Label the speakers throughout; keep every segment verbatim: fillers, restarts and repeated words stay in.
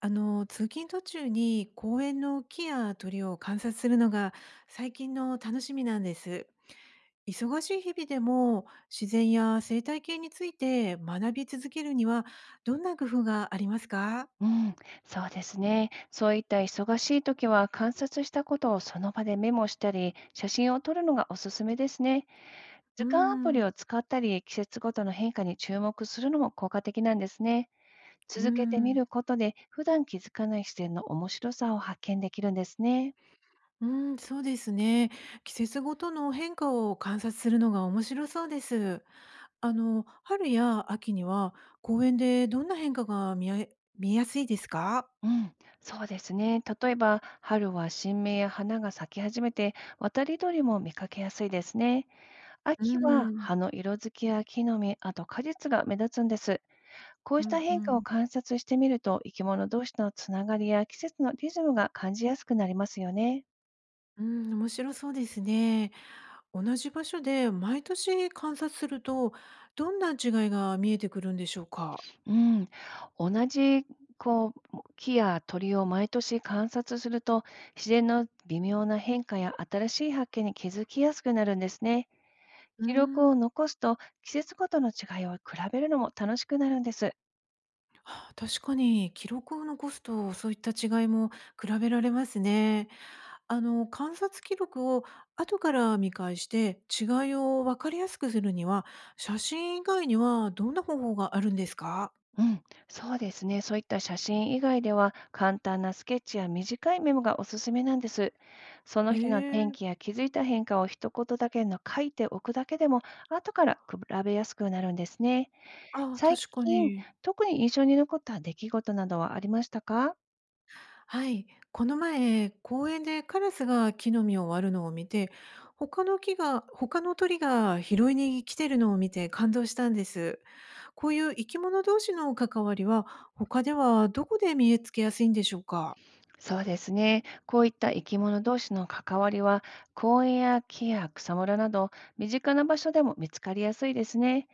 Speaker 1: あの、通勤途中に公園の木や鳥を観察するのが最近の楽しみなんです。忙しい日々でも自然や生態系について学び続けるにはどんな工夫がありますか？
Speaker 2: うん、そうですね。そういった忙しい時は観察したことをその場でメモしたり、写真を撮るのがおすすめですね。
Speaker 1: う
Speaker 2: 図鑑アプリ
Speaker 1: ん、
Speaker 2: を使ったり、季節ごとの変化に注目するのも効果的なんですね。
Speaker 1: う
Speaker 2: 続けてみ
Speaker 1: ん、
Speaker 2: ることで、普段気づかない視点の面白さを発見できるんですね。
Speaker 1: うん、そうですね。季節ごとの変化を観察するのが面白そうです。あの、春や秋には公園でどんな変化が見え見えやすいですか？
Speaker 2: うん、そうですね。例えば、春は新芽や花が咲き始めて、渡り鳥も見かけやすいですね。
Speaker 1: う
Speaker 2: 秋は
Speaker 1: ん、
Speaker 2: 葉の色づきや木の実、あと果実が目立つんです。こう
Speaker 1: う
Speaker 2: した
Speaker 1: ん、う
Speaker 2: 変化を
Speaker 1: ん。
Speaker 2: 観察してみると、生き物同士のつながりや季節のリズムが感じやすくなりますよね。
Speaker 1: うん、面白そうですね。同じ場所で毎年観察すると、どんな違いが見えてくるんでしょうか。
Speaker 2: うん、同じこう木や鳥を毎年観察すると、自然の微妙な変化や新しい発見に気づきやすくなるんですね。
Speaker 1: うー
Speaker 2: 記録を
Speaker 1: ん、
Speaker 2: 残すと季節ごとの違いを比べるのも楽しくなるんです。
Speaker 1: はあ、確かに記録を残すとそういった違いも比べられますね。あの、観察記録を後から見返して違いを分かりやすくするには、写真以外にはどんな方法があるんですか。
Speaker 2: うん、そうですね。そういった写真以外では、簡単なスケッチや短いメモがおすすめなんです。その
Speaker 1: へ
Speaker 2: 日の天
Speaker 1: え、
Speaker 2: 気や気づいた変化を一言だけの書いておくだけでも、後から比べやすくなるんですね。
Speaker 1: ああ、
Speaker 2: 最
Speaker 1: 確か
Speaker 2: 近、
Speaker 1: に。
Speaker 2: 特に印象に残った出来事などはありましたか？
Speaker 1: はい、この前公園でカラスが木の実を割るのを見て、他の木が他の鳥が拾いに来てるのを見て感動したんです。こういう生き物同士の関わりは他ではどこで見つけやすいんでしょうか？
Speaker 2: そうですね。こういった生き物同士の関わりは、公園や木や草むらなど、身近な場所でも見つかりやすいですね。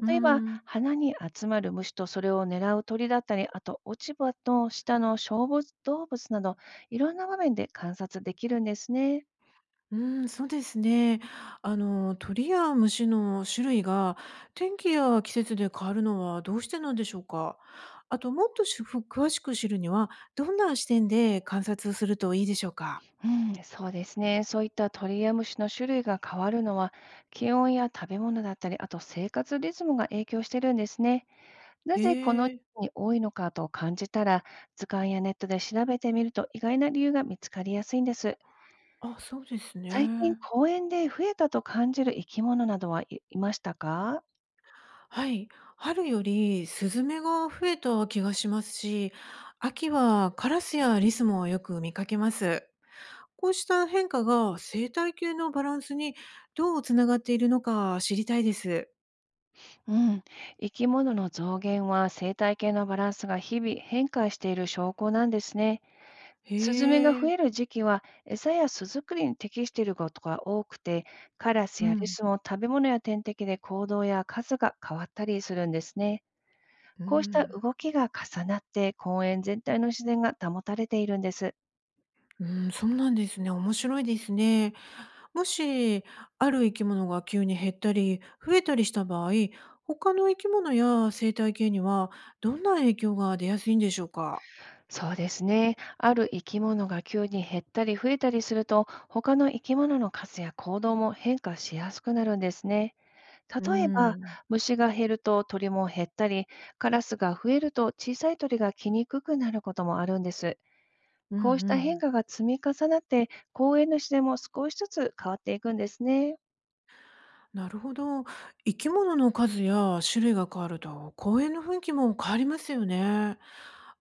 Speaker 1: うー
Speaker 2: 例えば、
Speaker 1: ん
Speaker 2: 花に集まる虫とそれを狙う鳥だったり、あと落ち葉の下の小物動物など、いろんな場面で観察できるんですね。
Speaker 1: うーん、そうですね。あの、鳥や虫の種類が天気や季節で変わるのはどうしてなんでしょうか？あと、もっとし詳しく知るには、どんな視点で観察をするといいでしょうか？
Speaker 2: うん、そうですね。そういった鳥や虫の種類が変わるのは、気温や食べ物だったり、あと生活リズムが影響してるんですね。なぜこの
Speaker 1: へ
Speaker 2: 地
Speaker 1: え、
Speaker 2: 域に多いのかと感じたら、図鑑やネットで調べてみると意外な理由が見つかりやすいんです。
Speaker 1: あ、そうです
Speaker 2: 最近
Speaker 1: ね。
Speaker 2: 公園で増えたと感じる生き物などはいいましたか？
Speaker 1: はい、春よりスズメが増えた気がしますし、秋はカラスやリスもよく見かけます。こうした変化が生態系のバランスにどうつながっているのか知りたいです。
Speaker 2: うん、生き物の増減は生態系のバランスが日々変化している証拠なんですね。
Speaker 1: へ
Speaker 2: スズメが増
Speaker 1: え、
Speaker 2: える時期は餌や巣作りに適していることが多くて、カラス
Speaker 1: う
Speaker 2: やリ
Speaker 1: ん、
Speaker 2: スも食べ物や天敵で行動や数が変わったりするんですね。
Speaker 1: う
Speaker 2: こうした
Speaker 1: ん。
Speaker 2: 動きが重なって公園全体の自然が保たれているんです。
Speaker 1: うーん、そうなんですね。面白いですね。もし、ある生き物が急に減ったり、増えたりした場合、他の生き物や生態系にはどんな影響が出やすいんでしょうか？
Speaker 2: そうですね。ある生き物が急に減ったり増えたりすると、他の生き物の数や行動も変化しやすくなるんですね。
Speaker 1: うー
Speaker 2: 例えば、
Speaker 1: ん、
Speaker 2: 虫が減ると鳥も減ったり、カラスが増えると小さい鳥が来にくくなることもあるんです。
Speaker 1: うんう
Speaker 2: こうした変
Speaker 1: ん。
Speaker 2: 化が積み重なって、公園の自然も少しずつ変わっていくんですね。
Speaker 1: なるほど。生き物の数や種類が変わると、公園の雰囲気も変わりますよね。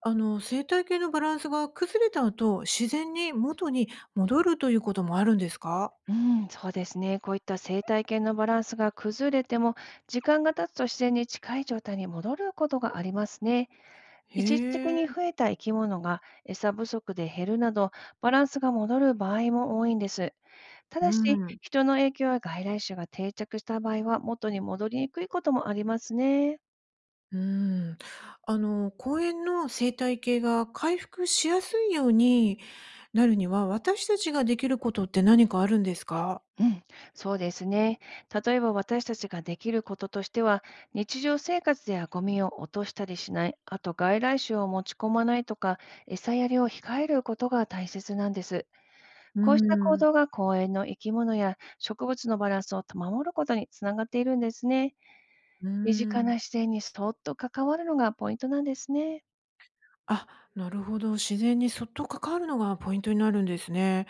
Speaker 1: あの、生態系のバランスが崩れた後、自然に元に戻るということもあるんですか？
Speaker 2: うん、そうですね。こういった生態系のバランスが崩れても、時間が経つと自然に近い状態に戻ることがありますね。一時的
Speaker 1: へえ、
Speaker 2: に増えた生き物が餌不足で減るなど、バランスが戻る場合も多いんです。た
Speaker 1: う
Speaker 2: だし、
Speaker 1: ん。
Speaker 2: 人の影響や外来種が定着した場合は、元に戻りにくいこともありますね。
Speaker 1: うーん。あの、公園の生態系が回復しやすいようになるには、私たちができることって何かあるんですか？
Speaker 2: うん、そうですね。例えば私たちができることとしては、日常生活ではゴミを落としたりしない、あと外来種を持ち込まないとか、餌やりを控えることが大切なんです。
Speaker 1: うー
Speaker 2: こうした行
Speaker 1: ん、
Speaker 2: 動が公園の生き物や植物のバランスを守ることにつながっているんですね。
Speaker 1: うー
Speaker 2: 身近な
Speaker 1: ん。
Speaker 2: 自然にそっと関わるのがポイントなんですね。
Speaker 1: あ、なるほど。自然にそっと関わるのがポイントになるんですね。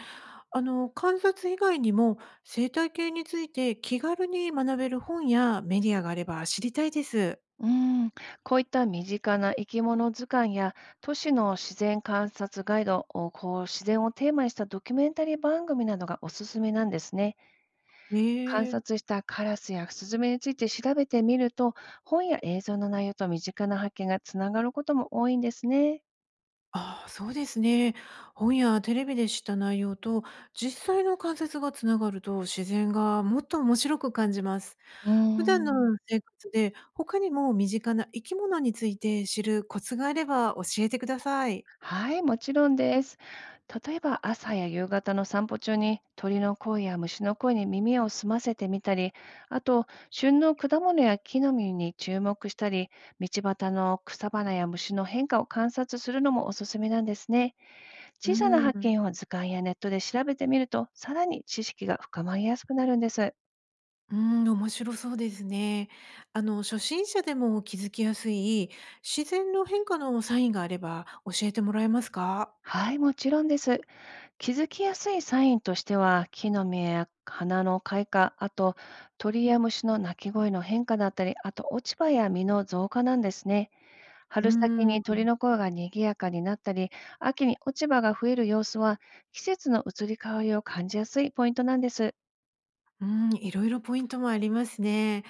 Speaker 1: あの、観察以外にも、生態系について気軽に学べる本やメディアがあれば知りたいです。
Speaker 2: うん、こういった身近な生き物図鑑や都市の自然観察ガイドをこう自然をテーマにしたドキュメンタリー番組などがおすすめなんですね。観
Speaker 1: へえ。
Speaker 2: 察したカラスやスズメについて調べてみると、本や映像の内容と身近な発見がつながることも多いんですね。
Speaker 1: ああ、そうですね。本やテレビで知った内容と実際の観察がつながると自然がもっと面白く感じます。
Speaker 2: うー
Speaker 1: 普段の
Speaker 2: ん
Speaker 1: 生活で他にも身近な生き物について知るコツがあれば教えてください。
Speaker 2: はい、もちろんです。例えば朝や夕方の散歩中に鳥の声や虫の声に耳を澄ませてみたり、あと旬の果物や木の実に注目したり、道端の草花や虫の変化を観察するのもおすすめなんですね。
Speaker 1: う
Speaker 2: 小さな発
Speaker 1: ん、
Speaker 2: 見を図鑑やネットで調べてみると、さらに知識が深まりやすくなるんです。
Speaker 1: うん、面白そうですね。あの、初心者でも気づきやすい自然の変化のサインがあれば教えてもらえますか？
Speaker 2: はい、もちろんです。気づきやすいサインとしては、木の実や花の開花、あと鳥や虫の鳴き声の変化だったり、あと落ち葉や実の増加なんですね。
Speaker 1: う
Speaker 2: 春先
Speaker 1: ん、
Speaker 2: に鳥の声が賑やかになったり、秋に落ち葉が増える様子は、季節の移り変わりを感じやすいポイントなんです。
Speaker 1: うん、いろいろポイントもありますね。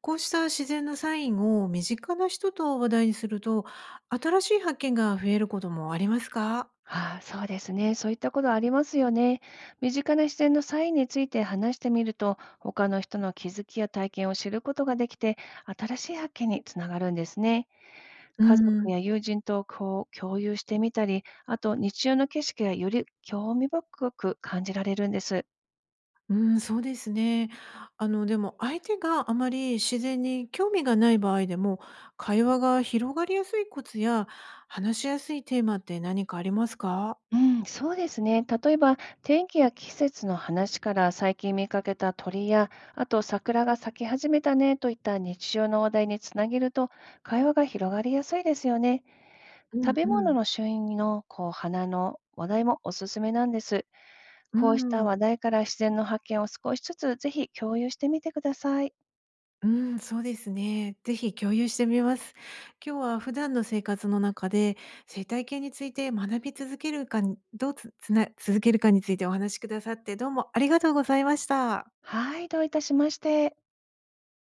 Speaker 1: こうした自然なサインを身近な人と話題にすると、新しい発見が増えることもありますか？
Speaker 2: ああ、そうですね。そういったことありますよね。身近な自然のサインについて話してみると、他の人の気づきや体験を知ることができて、新しい発見につながるんですね。
Speaker 1: う
Speaker 2: 家族
Speaker 1: ん、
Speaker 2: や友人とこう共有してみたり、あと日中の景色がより興味深く感じられるんです。
Speaker 1: うん、そうですね。あの、でも相手があまり自然に興味がない場合でも、会話が広がりやすいコツや、話しやすいテーマって何かありますか？
Speaker 2: うん、そうですね。例えば、天気や季節の話から最近見かけた鳥や、あと桜が咲き始めたねといった日常の話題につなげると、会話が広がりやすいですよね。
Speaker 1: う
Speaker 2: 食
Speaker 1: ん
Speaker 2: べ
Speaker 1: う
Speaker 2: 物
Speaker 1: ん。
Speaker 2: の旬のこう花の話題もおすすめなんです。
Speaker 1: うー
Speaker 2: こうした話
Speaker 1: ん。
Speaker 2: 題から自然の発見を少しずつぜひ共有してみてください。
Speaker 1: うん、そうですね。ぜひ共有してみます。今日は普段の生活の中で、生態系について学び続けるかにどうつつな続けるかについてお話しくださって、どうもありがとうございました。
Speaker 2: はい、どういたしまして。